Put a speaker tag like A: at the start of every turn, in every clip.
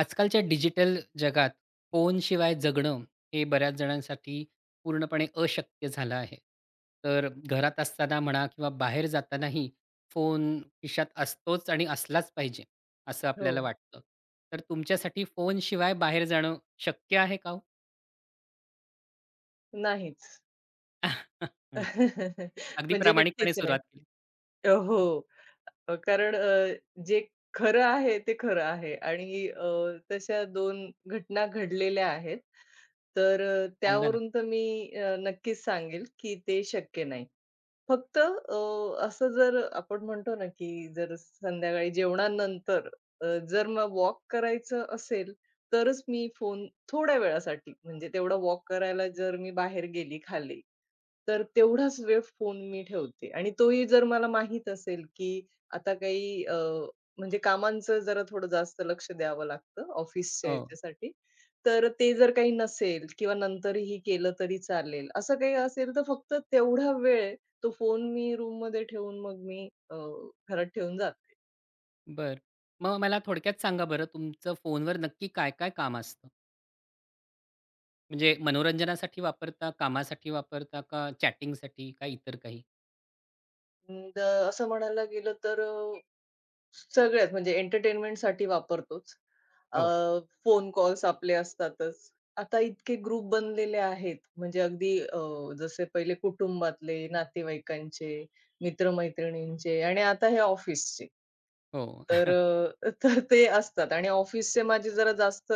A: आजकालच्या डिजिटल जगात फोनशिवाय जगणं हे बऱ्याच जणांसाठी पूर्णपणे अशक्य झालं आहे. तर घरात असताना म्हणा किंवा बाहेर जातानाही फोन खिशात असतोच आणि असलाच पाहिजे, असं
B: हो,
A: आपल्याला वाटतं. तर तुमच्यासाठी फोनशिवाय बाहेर जाणं शक्य आहे का हो?
B: नाहीच.
A: अगदी
B: म्हणजे
A: प्रामाणिकपणे
B: नक्कीच नाही.
A: सुरुवात केली.
B: हो. कारण जे खरं आहे ते खरं आहे आणि तशा 2 घटना घडलेल्या आहेत. तर
A: सांगा ना?
B: त्यावरून तर मी नक्कीच सांगेल, की ते शक्य नाही. फक्त असं जर आपण म्हणतो ना, की जर संध्याकाळी जेवणानंतर जर मग वॉक करायचं असेल, तरच मी फोन थोड्या वेळासाठी म्हणजे तेवढा वॉक करायला जर मी बाहेर गेली, खाली, तर तेवढाच वेळ फोन मी ठेवते आणि तोही जर मला माहीत असेल, की आता काही म्हणजे कामांचं जरा थोडं जास्त लक्ष द्यावं लागतं ऑफिसच्या
A: हो,
B: ह्याच्यासाठी. तर ते जर काही नसेल किंवा नंतरही केलं तरी चालेल, असं काही असेल तर फक्त तेवढा वेळ तो फोन मी रूममध्ये ठेवून मग मी घरात ठेवून जाते.
A: बरं. मग मला थोडक्यात सांगा बरं तुमचं फोनवर नक्की काय-काय काम असतं? म्हणजे मनोरंजनासाठी वापरता, कामासाठी वापरता का चॅटिंगसाठी का इतर काही?
B: अं, द- असं म्हणायला गेलं तर सगळ्याच म्हणजे एंटरटेनमेंटसाठी वापरतोच.
A: हो,
B: फोन कॉल्स आपले असतातच. आता इतके ग्रुप बनलेले आहेत म्हणजे अगदी जसे पहिले कुटुंबातले, नातेवाईकांचे, मित्र-मैत्रिणींचे आणि आता हे ऑफिसचे.
A: हो.
B: तर तर ते असतात आणि ऑफिसचे माझे जरा जास्त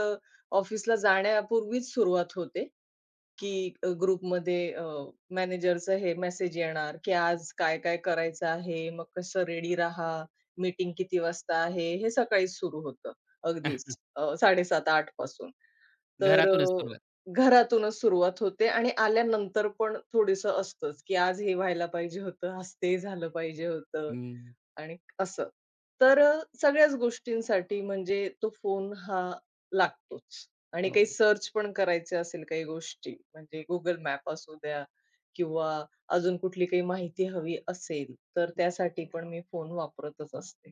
B: ऑफिसला जाण्यापूर्वीच सुरुवात होते. की ग्रुपमध्ये मॅनेजरचं हे मेसेज येणार, की आज काय-काय करायचं आहे, मग कसं रेडी राहा, मीटिंग किती वाजता आहे, हे सकाळीच सुरू होतं अगदीच 7:30 आठ पासून. तर
A: घरातूनच सुरुवात.
B: घरातूनच सुरुवात होते आणि आल्यानंतर पण थोडंसं असतंच, की आज हे व्हायला पाहिजे होतं, आज ते झालं पाहिजे होतं.
A: हं,
B: आणि असं. तर सगळ्याच गोष्टींसाठी म्हणजे तो फोन हा लागतोच आणि काही
A: हो.
B: सर्च पण करायच्या असेल काही गोष्टी, म्हणजे गुगल मॅप असू द्या किंवा अजून कुठली काही माहिती हवी असेल, तर त्यासाठी पण मी फोन वापरतच असते.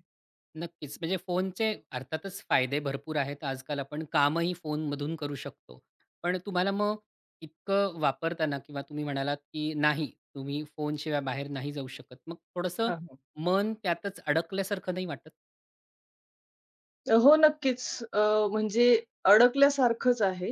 A: नक्कीच. म्हणजे फोनचे अर्थातच फायदे भरपूर आहेत. आजकाल आपण कामही फोनमधून करू शकतो. पण तुम्हाला मग इतकं वापरताना किंवा तुम्ही म्हणालात, की नाही तुम्ही फोनशिवाय बाहेर नाही जाऊ शकत. मग थोडंसं
B: हां, हां.
A: मन त्यातच अडकल्यासारखं नाही वाटत?
B: हो, नक्कीच. अ, म्हणजे अडकल्यासारखंच आहे.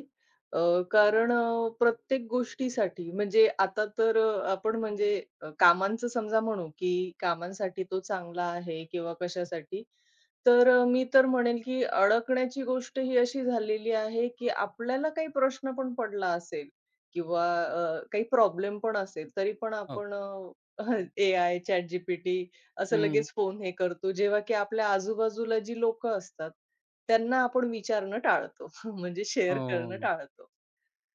B: अ, कारण प्रत्येक गोष्टीसाठी म्हणजे आता तर आपण म्हणजे कामांचं समजा म्हणू, की कामांसाठी तो चांगला आहे किंवा कशासाठी, तर मी तर म्हणेल, की अडकण्याची गोष्ट ही अशी झालेली आहे, की आपल्याला काही प्रश्न पण पडला असेल किंवा काही प्रॉब्लेम पण असेल, तरी पण
A: हो.
B: आपण एआय, ChatGPT असं
A: हं.
B: लगेच फोन हे करतो. जेव्हा की आपल्या आजूबाजूला जी लोकं असतात, त्यांना आपण विचारणं टाळतो. म्हणजे शेअर करणं
A: हो.
B: टाळतो.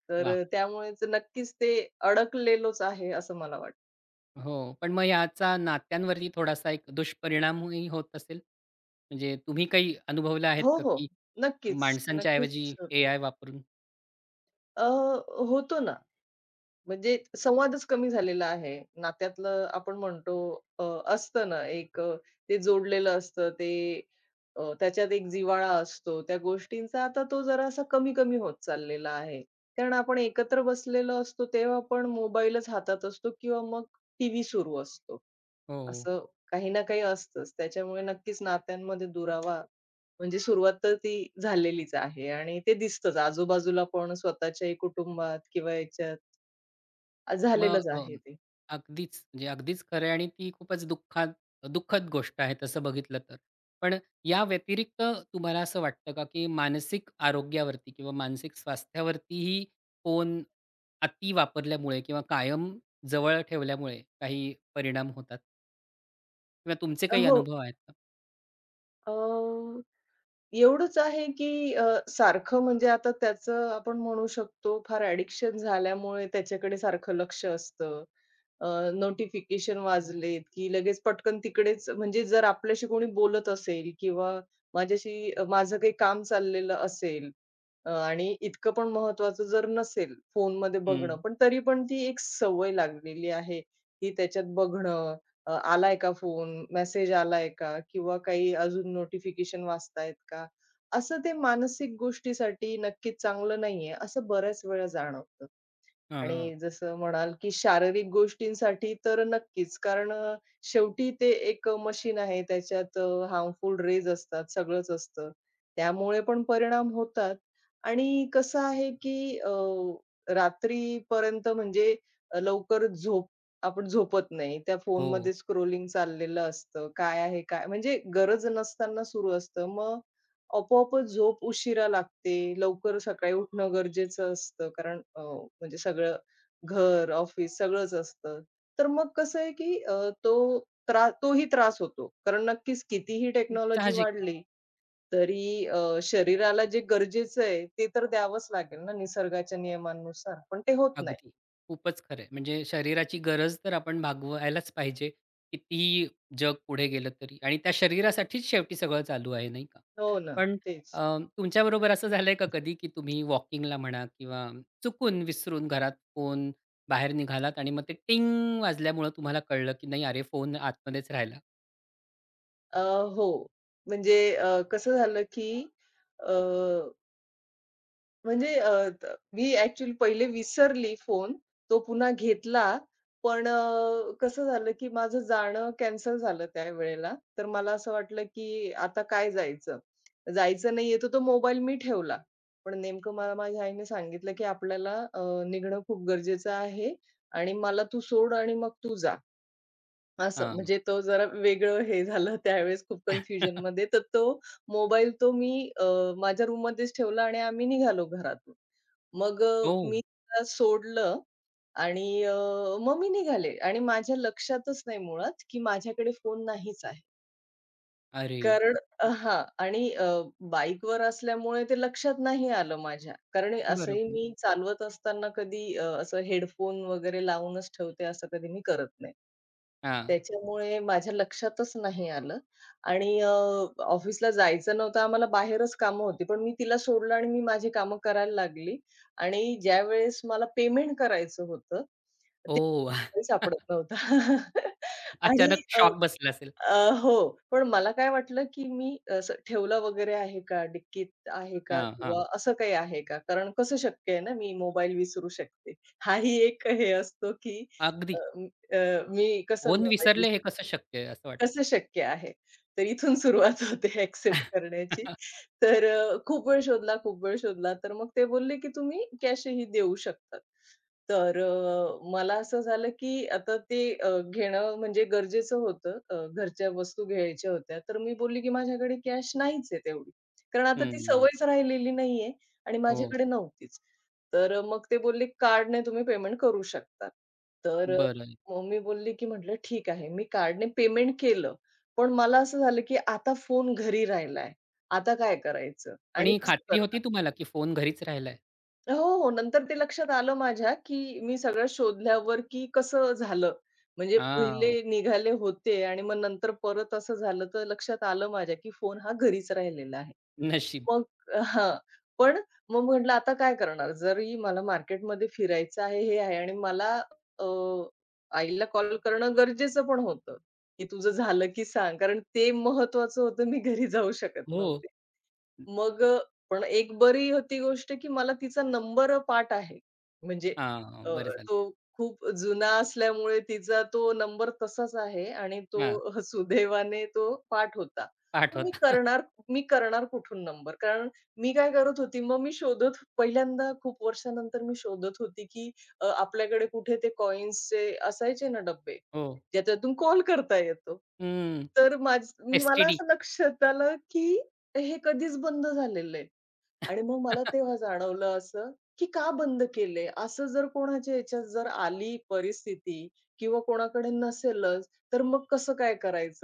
B: तर
A: वाह!
B: त्यामुळेच नक्कीच ते अडकलेलोच आहे, असं मला वाटतं.
A: हो. पण मग याचा नात्यांवरती थोडासा एक दुष्परिणामही होत असेल? म्हणजे तुम्ही काही अनुभवलं आहेत
B: हो,
A: का,
B: हो.
A: की
B: नक्कीच,
A: माणसांच्या ऐवजी
B: नक्कीच होतो.
A: एआय वापरून?
B: अ, होतो ना. म्हणजे संवादच कमी झालेला आहे. नात्यातलं आपण म्हणतो अ, असतं ना एक ते जोडलेलं असतं ते त्याच्यात एक जिव्हाळा असतो. त्या गोष्टींचा आता तो जरासा कमी-कमी होत चाललेला आहे. कारण आपण एकत्र बसलेलो असतो तेव्हा पण मोबाईलच हातात असतो किंवा मग टीव्ही सुरू असतो.
A: हो.
B: असं काही ना काही असतंच. त्याच्यामुळे नक्कीच नात्यांमध्ये दुरावा म्हणजे सुरुवात तर ती झालेलीच आहे आणि ते दिसतंच आजूबाजूला पण स्वतःच्याही कुटुंबात किंवा याच्यात.
A: मग
B: झालेलंच आहे ते.
A: अगदीच म्हणजे अगदीच खरं आहे आणि ती खूपच दुःखद गोष्ट आहे तसं बघितलं तर. पण या व्यतिरिक्त तुम्हाला असं वाटतं का, की मानसिक आरोग्यावरती किंवा मानसिक स्वास्थ्यावरतीही फोन अति वापरल्यामुळे किंवा कायम जवळ ठेवल्यामुळे काही परिणाम होतात? किंवा तुमचे काही
B: हो.
A: अनुभव आहेत का?
B: अ, एवढंच आहे की सारखं म्हणजे आता त्याचं आपण म्हणू शकतो फार ॲडिक्शन झाल्यामुळे त्याच्याकडे सारखं लक्ष असतं. अ, नोटिफिकेशन वाजलेत की लगेच पटकन तिकडेच म्हणजे जर आपल्याशी कोणी बोलत असेल किंवा माझ्याशी माझं काही काम चाललेलं असेल आणि इतकं पण महत्त्वाचं जर नसेल फोनमध्ये बघणं,
A: हं.
B: पण तरी पण ती एक सवय लागलेली आहे, की त्याच्यात बघणं, आलाय का फोन, मेसेज आलाय का किंवा काही अजून नोटिफिकेशन वाचतायत का? असं ते मानसिक गोष्टीसाठी नक्कीच चांगलं नाहीये, असं बऱ्याच वेळा जाणवतं.
A: हां.
B: आणि जसं म्हणाल, की शारीरिक गोष्टींसाठी तर नक्कीच. कारण शेवटी ते एक मशीन आहे. त्याच्यात हार्मफुल रेज असतात, सगळंच असतं. त्यामुळे पण परिणाम होतात आणि कसं आहे, की रात्रीपर्यंत म्हणजे लवकर झोप आपण झोपत नाही. त्या
A: हो.
B: फोनमध्ये स्क्रोलिंग चाललेलं असतं. काय आहे काय म्हणजे गरज नसताना सुरू असतं. मग आपोआपच झोप उशिरा लागते. लवकर सकाळी उठणं गरजेचं असतं. कारण म्हणजे सगळं घर, ऑफिस सगळंच असतं. तर मग कसं आहे, की तो त्रा तोही त्रास होतो. कारण नक्कीच कितीही टेक्नॉलॉजी
A: साहजिक आहे.
B: वाढली, तरी शरीराला जे गरजेचं आहे, ते तर द्यावंच लागेल ना निसर्गाच्या नियमांनुसार. पण ते होत नाही.
A: अगदी. खूपच खरं आहे. म्हणजे शरीराची गरज तर आपण भागवायलाच पाहिजे. कितीही जग पुढे गेलं तरी आणि त्या शरीरासाठीच शेवटी सगळं चालू आहे, नाही का?
B: हो ना,
A: पण
B: तेच.
A: अ, तुमच्याबरोबर असं झालंय का कधी, की तुम्ही वॉकिंगला म्हणा किंवा चुकून विसरून घरात फोन बाहेर निघालात आणि मग ते टिंग वाजल्यामुळं तुम्हाला कळलं, की नाही अरे फोन आतमध्येच राहिला?
B: अ, हो. म्हणजे कसं झालं, की अ म्हणजे अ, त मी ॲक्चुअली पहिले विसरली फोन. तो पुन्हा घेतला, पण कसं झालं, की माझं जाणं कॅन्सल झालं त्यावेळेला. तर मला असं वाटलं, की आता काय जायचं? जायचं नाहीये तर तो मोबाईल मी ठेवला. पण नेमकं मला माझ्या आईने सांगितलं, की "आपल्याला निघणं खूप गरजेचं आहे आणि मला तू सोड आणि मग तू जा." असं.
A: हां.
B: म्हणजे तो जरा वेगळं हे झालं त्यावेळेस खूप
A: ओह!
B: कन्फ्युजनमध्ये. तर तो मोबाईल तो मी अ, माझ्या रूममध्येच ठेवला आणि आम्ही निघालो घरातून. मग मी त्याला सोडलं आणि मग मी निघाले आणि माझ्या लक्षातच नाही मुळात, की माझ्याकडे फोन नाहीच आहे.
A: अरे!
B: कारण हां आणि बाईकवर असल्यामुळे ते लक्षात नाही आलं माझ्या. कारण असंही
A: बरोबर.
B: मी चालवत असताना कधी असं हेडफोन वगैरे लावूनच ठेवते असं कधी मी करत नाही.
A: हां.
B: त्याच्यामुळे माझ्या लक्षातच नाही आलं आणि ऑफिसला जायचं नव्हतं आम्हाला बाहेरच कामं होती. पण मी तिला सोडलं आणि मी माझी कामं करायला लागली आणि ज्यावेळेस मला पेमेंट करायचं होतं, ते
A: ओह!
B: काही सापडत नव्हतं. आणि
A: अचानक
B: अ,
A: शॉक बसला असेल.
B: अ, हो. पण मला काय वाटलं, की मी असं ठेवलं वगैरे आहे का? डिक्कीत आहे का?
A: हां, हां.
B: किंवा असं काही आहे का? कारण कसं शक्य आहे ना, मी मोबाईल विसरू शकते. हाही एक हे असतो, की
A: अगदी.
B: अ, म- अ, मी कसं
A: फोन
B: मोबाईल
A: विसरले हे कसं शक्य आहे असं वाटतं.
B: कसं शक्य आहे? तर इथून सुरुवात होते ॲक्सेप्ट करण्याची. तर खूप वेळ शोधला, खूप वेळ शोधला. तर मग ते बोलले, की तुम्ही कॅशही देऊ शकतात. तर मला असं झालं, की आता ते घेणं म्हणजे गरजेचं होतं. घरच्या वस्तू घ्यायच्या होत्या. तर मी बोलली, की माझ्याकडे कॅश नाहीच आहे तेवढी. कारण आता ती
A: हं,
B: सवयच राहिलेली नाहीये आणि
A: हो.
B: माझ्याकडे नव्हतीच. तर मग ते बोलले, "कार्डने तुम्ही पेमेंट करू शकता." तर
A: बरं.
B: मम्मी बोलली, की म्हटलं ठीक आहे. मी कार्डने पेमेंट केलं. पण मला असं झालं, की आता फोन घरी राहिलाय. आता काय करायचं
A: पण
B: आणि
A: ही
B: कसं
A: खात्री होती
B: करणार?
A: तुम्हाला की फोन घरीच राहिलाय?
B: हो, हो. नंतर ते लक्षात आलं माझ्या, की मी सगळं शोधल्यावर, की कसं झालं. म्हणजे पहिले
A: हां,
B: निघाले होते आणि मग नंतर परत असं झालं, तर लक्षात आलं माझ्या, की फोन हा घरीच राहिलेला आहे.
A: नशीब.
B: मग हां. पण मग म्हटलं आता काय करणार? जरी मला मार्केटमध्ये फिरायचं आहे, हे आहे आणि मला अ, आईला कॉल करणं गरजेचं पण होतं, की तुझं झालं की सांग. कारण ते महत्वाचं होतं, मी घरी जाऊ शकत
A: हो.
B: नव्हते. मग पण एक बरी होती गोष्ट, की मला तिचा नंबर पाठ आहे. म्हणजे अ,
A: हां, बरं झालं.
B: तो खूप जुना असल्यामुळे तिचा तो नंबर तसाच आहे आणि तो
A: हां,
B: सुदैवाने तो पाठ होता. पण मी
A: पाठवता.
B: करणार मी करणार कुठून नंबर? कारण मी काय करत होती, मग मी शोधत पहिल्यांदा खूप वर्षानंतर मी शोधत होती, की आपल्याकडे कुठे ते कॉइन्सचे असायचे ना डब्बे,
A: हो.
B: ज्याच्यातून कॉल करता येतो.
A: हं,
B: तर मला
A: एस-टी-डी.
B: असं लक्षात आलं, की तर हे कधीच बंद झालेलं आहे. आणि मग मला तेव्हा जाणवलं असं, की का बंद केलंय? असं जर कोणाच्या ह्याच्यात जर आली परिस्थिती किंवा कोणाकडे नसेलच, तर मग कसं काय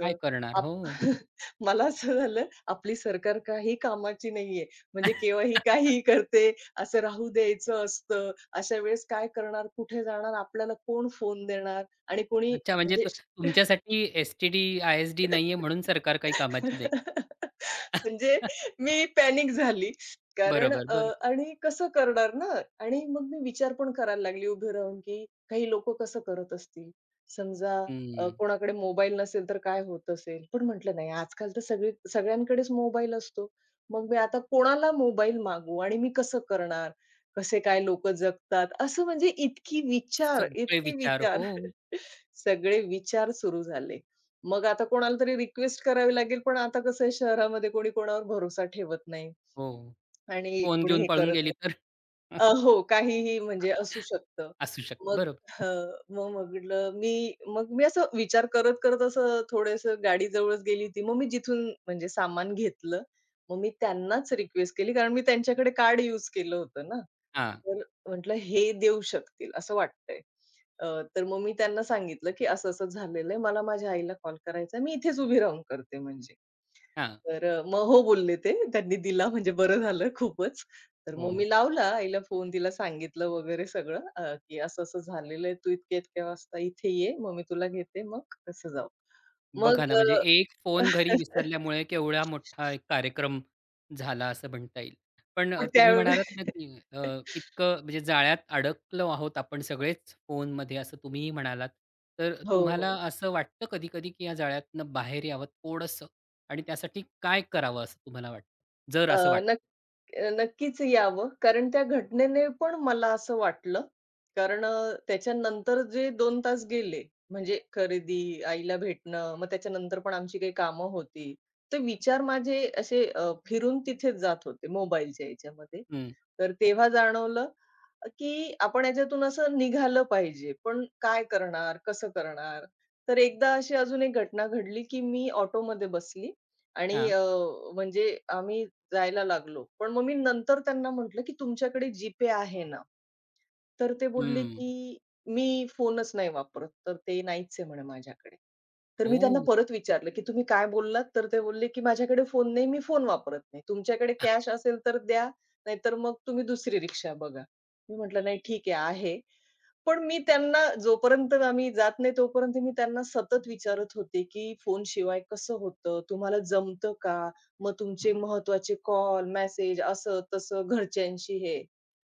A: काय करणार?
B: आप
A: हो.
B: मला असं झालं, आपली सरकार काही कामाची नाहीये. म्हणजे केव्हा ही काहीही करते, असं राहू द्यायचं असतं. अशा वेळेस काय करणार? कुठे जाणार? आपल्याला कोण फोन देणार? आणि कोणी
A: अच्छा, म्हणजे
B: म्हणजे
A: तुमच्यासाठी एस-टी-डी, आय-एस-डी नाहीये म्हणून सरकार काही कामाची नाही.
B: म्हणजे मी पॅनिक झाली. कारण
A: बरोबर, बरोबर.
B: आणि कसं करणार ना? आणि मग मी विचार पण करायला लागली उभी राहून, की काही लोकं कसं करत असतील? समजा
A: हं.
B: कोणाकडे मोबाईल नसेल तर काय होत असेल? पण म्हटलं नाही आजकाल तर सगळी सगळ्यांकडेच मोबाईल असतो. मग मी आता कोणाला मोबाईल मागू आणि मी कसं करणार? कसे काय लोकं जगतात? असं म्हणजे
A: सगळे
B: इतके
A: विचार. हो,
B: विचार. सगळे विचार सुरू झाले. मग आता कोणाला तरी रिक्वेस्ट करावी लागेल, पण आता कसं आहे शहरामध्ये कोणी कोणावर भरोसा ठेवत नाही
A: हो.
B: आणि
A: फोन
B: कोणी
A: घेऊन
B: हे
A: पळून
B: करत
A: गेली तर.
B: हो, काहीही म्हणजे असू शकतं.
A: असू शकतं.
B: मग
A: बरोबर.
B: हं, मग म्हटलं मी असं विचार करत, करत असं थोडंसं गाडी जवळच गेली होती. मग मी जिथून म्हणजे सामान घेतलं. मग मी त्यांनाच रिक्वेस्ट केली, कारण मी त्यांच्याकडे कार्ड यूज केलं होतं ना.
A: हां,
B: तर म्हटलं हे देऊ शकतील असं वाटतंय. अ, तर मग मी त्यांना सांगितलं, की असं-असं झालेलं आहे. मला माझ्या आईला कॉल करायचा मी इथेच उभी राहून करते म्हणजे.
A: हां.
B: तर मग हो बोलले ते. त्यांनी दिला म्हणजे बरं झालं खूपच. तर मग
A: हो.
B: मी लावला आईला फोन, तिला सांगितलं वगैरे सगळं की असं-असं झालेलं आहे. तू इतक्या-इतक्या वाजता इथे ये, मग मी तुला घेते, मग तसं जाऊ. मग
A: बघा ना, म्हणजे एक फोन घरी विसरल्यामुळे केवढा मोठा एक कार्यक्रम झाला असं म्हणता येईल. पण
B: पण
A: तुम्ही
B: त्यावेळी
A: म्हणालात ना, की अ, इतकं म्हणजे जाळ्यात अडकलो आहोत आपण सगळेच फोनमध्ये असं तुम्हीही म्हणालात. तर
B: हो,
A: तुम्हाला
B: हो.
A: असं वाटतं कधी-कधी, की या जाळ्यातनं बाहेर यावं थोडंसं आणि त्यासाठी काय करावं असं तुम्हाला वाटतं? जर
B: अ,
A: असं वाटतं
B: नक्क नक्कीच यावं. कारण त्या घटनेने पण मला असं वाटलं. कारण त्याच्यानंतर जे दोन तास गेले, म्हणजे खरेदी, आईला भेटणं, मग त्याच्यानंतर पण आमची काही कामं होती. तर विचार माझे असे फिरून तिथेच जात होते मोबाईलच्या याच्यामध्ये.
A: हं.
B: तर तेव्हा जाणवलं, की आपण याच्यातून असं निघालं पाहिजे. पण काय करणार? कसं करणार? तर एकदा अशी अजून एक घटना घडली, की मी ऑटोमध्ये बसली आणि
A: हां.
B: म्हणजे आम्ही जायला लागलो. पण मग मी नंतर त्यांना म्हटलं, की तुमच्याकडे GPay आहे ना? तर ते बोलले,
A: हं.
B: की "मी फोनच नाही वापरत, तर ते नाहीच आहे म्हणे माझ्याकडे." तर मी त्यांना
A: ओह!
B: परत विचारलं, की "तुम्ही काय बोललात?" तर ते बोलले, की "माझ्याकडे फोन नाही, मी फोन वापरत नाही. तुमच्याकडे कॅश असेल तर द्या, नाहीतर मग तुम्ही दुसरी रिक्षा बघा." मी म्हटलं, "नाही ठीक आहे, आहे." पण मी त्यांना जोपर्यंत आम्ही जात नाही, तोपर्यंत मी त्यांना सतत विचारत होते, की "फोनशिवाय कसं होतं? तुम्हाला जमतं का? मग तुमचे महत्वाचे कॉल, मेसेज असं-तसं घरच्यांशी हे.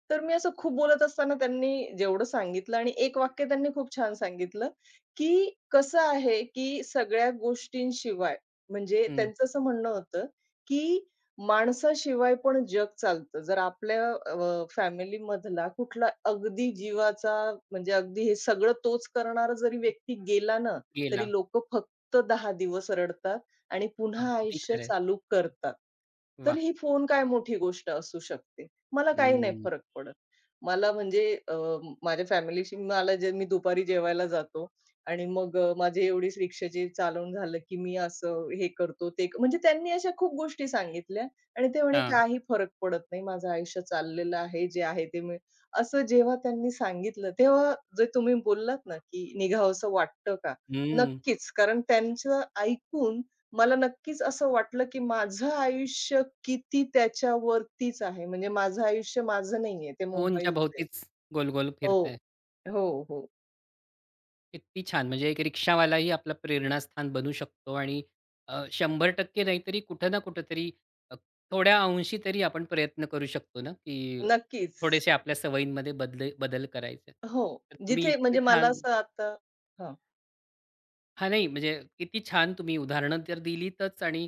B: तर मी असं खूप बोलत असताना त्यांनी जेवढं सांगितलं आणि एक वाक्य त्यांनी खूप छान सांगितलं, की कसं आहे, की सगळ्या गोष्टींशिवाय म्हणजे
A: हं.
B: त्यांचं असं म्हणणं होतं, की माणसाशिवाय पण जग चालतं. जर आपल्या फॅमिलीमधला कुठला अगदी जीवाचा म्हणजे अगदी हे सगळं तोच करणारा जरी व्यक्ती गेला ना,
A: गेला.
B: तरी लोकं फक्त 10 दिवस रडतात. आणि पुन्हा
A: अगदी
B: आयुष्य
A: खरं आहे.
B: चालू करतात. तर ही फोन काय मोठी गोष्ट असू शकते. मला काही नाही
A: हं.
B: फरक पडत. मला म्हणजे माझ्या फॅमिलीशी मला जे मी दुपारी जेवायला जातो आणि मग माझी एवढीच रिक्षाची चालवून झालं, की मी असं हे करतो, म्हणजे त्यांनी अशा खूप गोष्टी सांगितल्या आणि ते म्हणे,
A: हां.
B: "काही फरक पडत नाही. माझं आयुष्य चाललेलं आहे. जे आहे ते मी" असं जेव्हा त्यांनी सांगितलं, तेव्हा जे तुम्ही बोललात ना, की निघावसं वाटतं का?
A: हं.
B: नक्कीच. कारण त्यांचं ऐकून मला नक्कीच असं वाटलं, की माझं आयुष्य किती त्याच्यावरतीच आहे. म्हणजे माझं आयुष्य माझं नाहीये, ते
A: कोनच्या
B: मोबाईलचं आहे.
A: भोवतीच गोल-गोल फिरतंय.
B: हो. हो, हो.
A: किती छान! म्हणजे एक रिक्षावालाही आपलं प्रेरणास्थान बनू शकतो आणि 100% नाहीतरी कुठं ना कुठेतरी अ, थोड्या अंशी तरी आपण प्रयत्न करू शकतो ना, की
B: नक्कीच.
A: थोडेसे आपल्या सवयींमध्ये बदल करायचे.
B: हो.
A: तर तुम्ही
B: जिथे
A: इतके
B: म्हणजे मला
A: छान
B: असं आता हां.
A: हां, नाही म्हणजे किती छान तुम्ही उदाहरणं तर दिलीतच आणि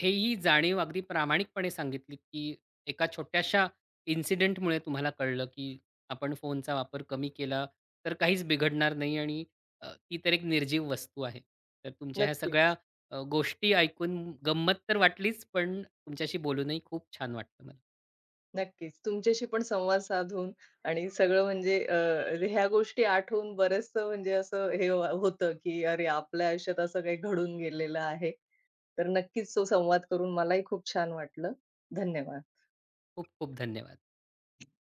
A: हेही जाणीव अगदी प्रामाणिकपणे सांगितलीत, की एका छोट्याशा इन्सिडेंटमुळे तुम्हाला कळलं, की आपण फोनचा वापर कमी केला तर काहीच बिघडणार नाही आणि ती तर एक निर्जीव वस्तू आहे. तर तुमच्या ह्या सगळ्या
B: नक्कीच,
A: गोष्टी ऐकून गंमत तर वाटलीच, पण तुमच्याशी बोलूनही खूप छान वाटलं मला.
B: नक्कीच. तुमच्याशी पण संवाद साधून आणि सगळं म्हणजे ह्या गोष्टी आठवून बरचसं म्हणजे असं हे होतं, की अरे आपल्या आयुष्यात असं काही घडून गेलेलं आहे. तर नक्कीच तो संवाद करून मलाही खूप छान वाटलं. धन्यवाद.
A: खूप खूप धन्यवाद.